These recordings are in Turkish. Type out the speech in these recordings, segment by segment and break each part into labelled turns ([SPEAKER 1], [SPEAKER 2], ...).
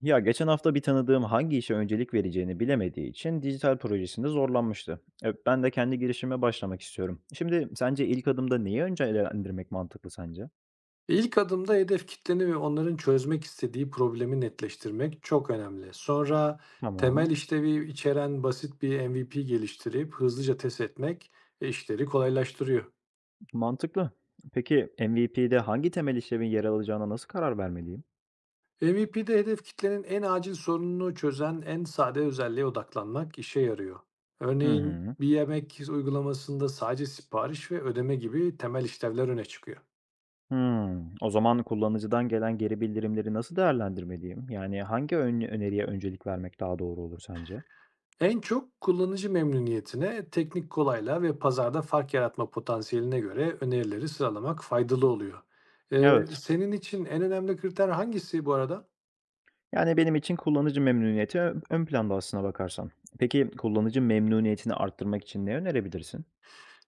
[SPEAKER 1] Ya geçen hafta bir tanıdığım hangi işe öncelik vereceğini bilemediği için dijital projesinde zorlanmıştı. Ben de kendi girişime başlamak istiyorum. Şimdi sence ilk adımda neyi öncelendirmek mantıklı sence?
[SPEAKER 2] İlk adımda hedef kitleni ve onların çözmek istediği problemi netleştirmek çok önemli. Sonra temel
[SPEAKER 1] Tamam,
[SPEAKER 2] işlevi içeren basit bir MVP geliştirip hızlıca test etmek işleri kolaylaştırıyor.
[SPEAKER 1] mantıklı. Peki MVP'de hangi temel işlevin yer alacağına nasıl karar vermeliyim?
[SPEAKER 2] MVP'de hedef kitlenin en acil sorununu çözen en sade özelliğe odaklanmak işe yarıyor.
[SPEAKER 1] Hı
[SPEAKER 2] Örneğin
[SPEAKER 1] hı.
[SPEAKER 2] bir yemek uygulamasında sadece sipariş ve ödeme gibi temel işlevler öne çıkıyor.
[SPEAKER 1] Hmm. O zaman kullanıcıdan gelen geri bildirimleri nasıl değerlendirmeliyim? Yani hangi öneriye öncelik vermek daha doğru olur sence?
[SPEAKER 2] En çok kullanıcı memnuniyetine, teknik kolaylığa ve pazarda fark yaratma potansiyeline göre önerileri sıralamak faydalı oluyor.
[SPEAKER 1] Evet,
[SPEAKER 2] Senin için en önemli kriter hangisi bu arada?
[SPEAKER 1] yani, benim için kullanıcı memnuniyeti ön planda aslına bakarsan. Peki, kullanıcı memnuniyetini arttırmak için ne önerebilirsin?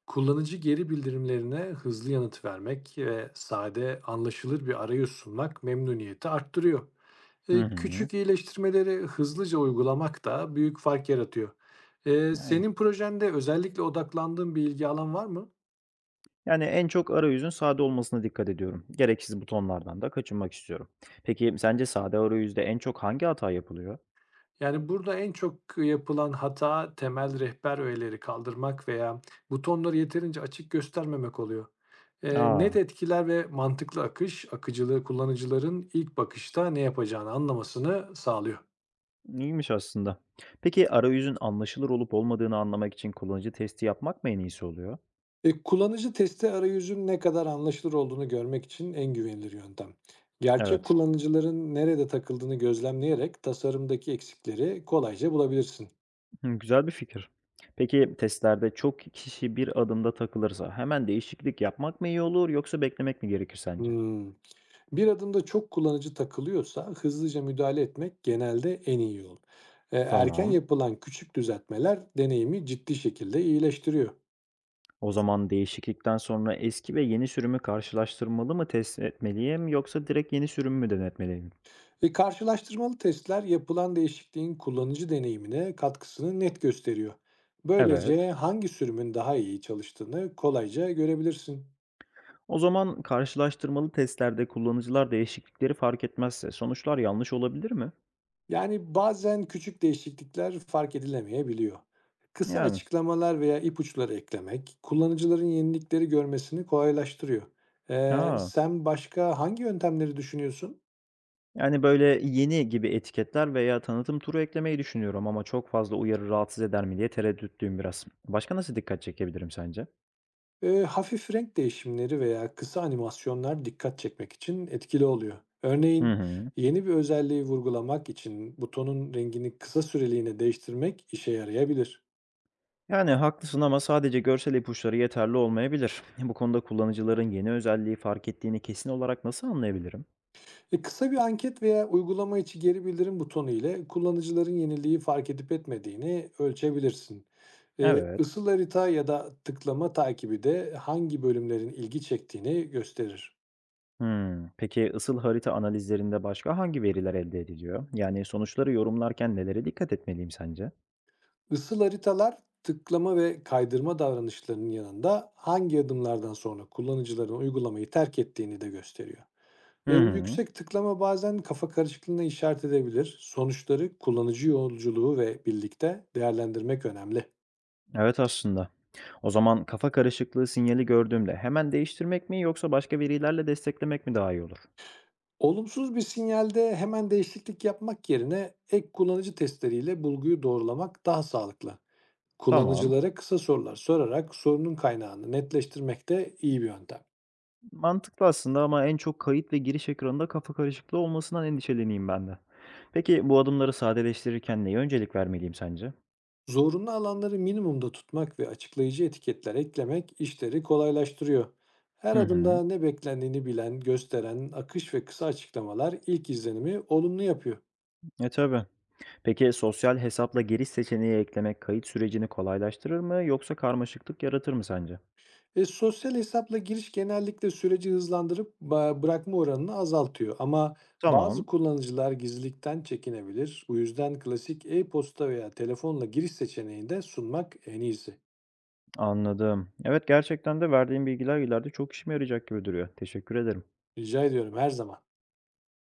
[SPEAKER 2] Kullanıcı geri bildirimlerine hızlı yanıt vermek ve sade, anlaşılır bir arayüz sunmak memnuniyeti arttırıyor.
[SPEAKER 1] Hı hı.
[SPEAKER 2] Küçük iyileştirmeleri hızlıca uygulamak da büyük fark yaratıyor.
[SPEAKER 1] Yani
[SPEAKER 2] Senin projende özellikle odaklandığın bir ilgi alan var mı?
[SPEAKER 1] yani, en çok arayüzün sade olmasına dikkat ediyorum. Gereksiz butonlardan da kaçınmak istiyorum. Peki, sence sade arayüzde en çok hangi hata yapılıyor?
[SPEAKER 2] Yani, burada en çok yapılan hata temel rehber öğeleri kaldırmak veya butonları yeterince açık göstermemek oluyor. Net
[SPEAKER 1] A!
[SPEAKER 2] etkiler ve mantıklı akış, akıcılığı kullanıcıların ilk bakışta ne yapacağını anlamasını sağlıyor.
[SPEAKER 1] İyiymiş aslında. Peki, arayüzün anlaşılır olup olmadığını anlamak için kullanıcı testi yapmak mı en iyisi oluyor?
[SPEAKER 2] Kullanıcı testi arayüzün ne kadar anlaşılır olduğunu görmek için en güvenilir yöntem. Gerçek
[SPEAKER 1] Evet.
[SPEAKER 2] kullanıcıların nerede takıldığını gözlemleyerek tasarımdaki eksikleri kolayca bulabilirsin.
[SPEAKER 1] Hımm, güzel bir fikir. Peki testlerde çok kişi bir adımda takılırsa hemen değişiklik yapmak mı iyi olur yoksa beklemek mi gerekir sence?
[SPEAKER 2] Hmm. Bir adımda çok kullanıcı takılıyorsa hızlıca müdahale etmek genelde en iyi yol. Erken
[SPEAKER 1] Tamam.
[SPEAKER 2] yapılan küçük düzeltmeler deneyimi ciddi şekilde iyileştiriyor.
[SPEAKER 1] O zaman değişiklikten sonra eski ve yeni sürümü karşılaştırmalı mı test etmeliyim yoksa direkt yeni sürümü mü denetmeliyim?
[SPEAKER 2] Ve karşılaştırmalı testler yapılan değişikliğin kullanıcı deneyimine katkısını net gösteriyor.
[SPEAKER 1] Evet.
[SPEAKER 2] Böylece hangi sürümün daha iyi çalıştığını kolayca görebilirsin.
[SPEAKER 1] O zaman karşılaştırmalı testlerde kullanıcılar değişiklikleri fark etmezse sonuçlar yanlış olabilir mi?
[SPEAKER 2] Yani bazen küçük değişiklikler fark edilemeyebiliyor. Kısa
[SPEAKER 1] Yani.
[SPEAKER 2] açıklamalar veya ipuçları eklemek kullanıcıların yenilikleri görmesini kolaylaştırıyor.
[SPEAKER 1] A!
[SPEAKER 2] Sen başka hangi yöntemleri düşünüyorsun?
[SPEAKER 1] Yani, böyle, "yeni" gibi etiketler veya tanıtım turu eklemeyi düşünüyorum ama çok fazla uyarı rahatsız eder mi diye tereddütlüyüm biraz. Başka nasıl dikkat çekebilirim sence?
[SPEAKER 2] Hafif renk değişimleri veya kısa animasyonlar dikkat çekmek için etkili oluyor.
[SPEAKER 1] Hı
[SPEAKER 2] Örneğin
[SPEAKER 1] hı.
[SPEAKER 2] yeni bir özelliği vurgulamak için butonun rengini kısa süreliğine değiştirmek işe yarayabilir.
[SPEAKER 1] Yani, haklısın ama sadece görsel ipuçları yeterli olmayabilir. Bu konuda kullanıcıların yeni özelliği fark ettiğini kesin olarak nasıl anlayabilirim?
[SPEAKER 2] Kısa bir anket veya uygulama içi geri bildirim butonu ile kullanıcıların yeniliği fark edip etmediğini ölçebilirsin.
[SPEAKER 1] Evet.
[SPEAKER 2] Isıl harita ya da tıklama takibi de hangi bölümlerin ilgi çektiğini gösterir.
[SPEAKER 1] Hımm. Peki ısıl harita analizlerinde başka hangi veriler elde ediliyor? Yani, sonuçları yorumlarken nelere dikkat etmeliyim sence?
[SPEAKER 2] Isıl haritalar tıklama ve kaydırma davranışlarının yanında hangi adımlardan sonra kullanıcıların uygulamayı terk ettiğini de gösteriyor.
[SPEAKER 1] Hı hı.
[SPEAKER 2] Yüksek tıklama bazen kafa karışıklığına işaret edebilir. Sonuçları kullanıcı yolculuğu ve birlikte değerlendirmek önemli.
[SPEAKER 1] Evet, aslında. O zaman kafa karışıklığı sinyali gördüğümde hemen değiştirmek mi yoksa başka verilerle desteklemek mi daha iyi olur?
[SPEAKER 2] Olumsuz bir sinyalde hemen değişiklik yapmak yerine ek kullanıcı testleriyle bulguyu doğrulamak daha sağlıklı. Tamam.
[SPEAKER 1] Tamam.
[SPEAKER 2] Kullanıcılara kısa sorular sorarak sorunun kaynağını netleştirmek de iyi bir yöntem.
[SPEAKER 1] Mantıklı aslında ama en çok kayıt ve giriş ekranında kafa karışıklığı olmasından endişeleneyim ben de. Peki bu adımları sadeleştirirken neye öncelik vermeliyim sence?
[SPEAKER 2] Zorunlu alanları minimumda tutmak ve açıklayıcı etiketler eklemek işleri kolaylaştırıyor. Her
[SPEAKER 1] Hı hı.
[SPEAKER 2] adımda ne beklendiğini bilen, gösteren akış ve kısa açıklamalar ilk izlenimi olumlu yapıyor.
[SPEAKER 1] E tabii. Peki sosyal hesapla giriş seçeneği eklemek kayıt sürecini kolaylaştırır mı yoksa karmaşıklık yaratır mı sence?
[SPEAKER 2] Sosyal hesapla giriş genellikle süreci hızlandırıp bırakma oranını azaltıyor. Ama bazı
[SPEAKER 1] Tamam.
[SPEAKER 2] kullanıcılar gizlilikten çekinebilir. Bu yüzden klasik e-posta veya telefonla giriş seçeneğini de sunmak en iyisi.
[SPEAKER 1] Anladım. Evet gerçekten de verdiğin bilgiler ileride çok işime yarayacak gibi duruyor. Teşekkür ederim.
[SPEAKER 2] Rica ediyorum her zaman.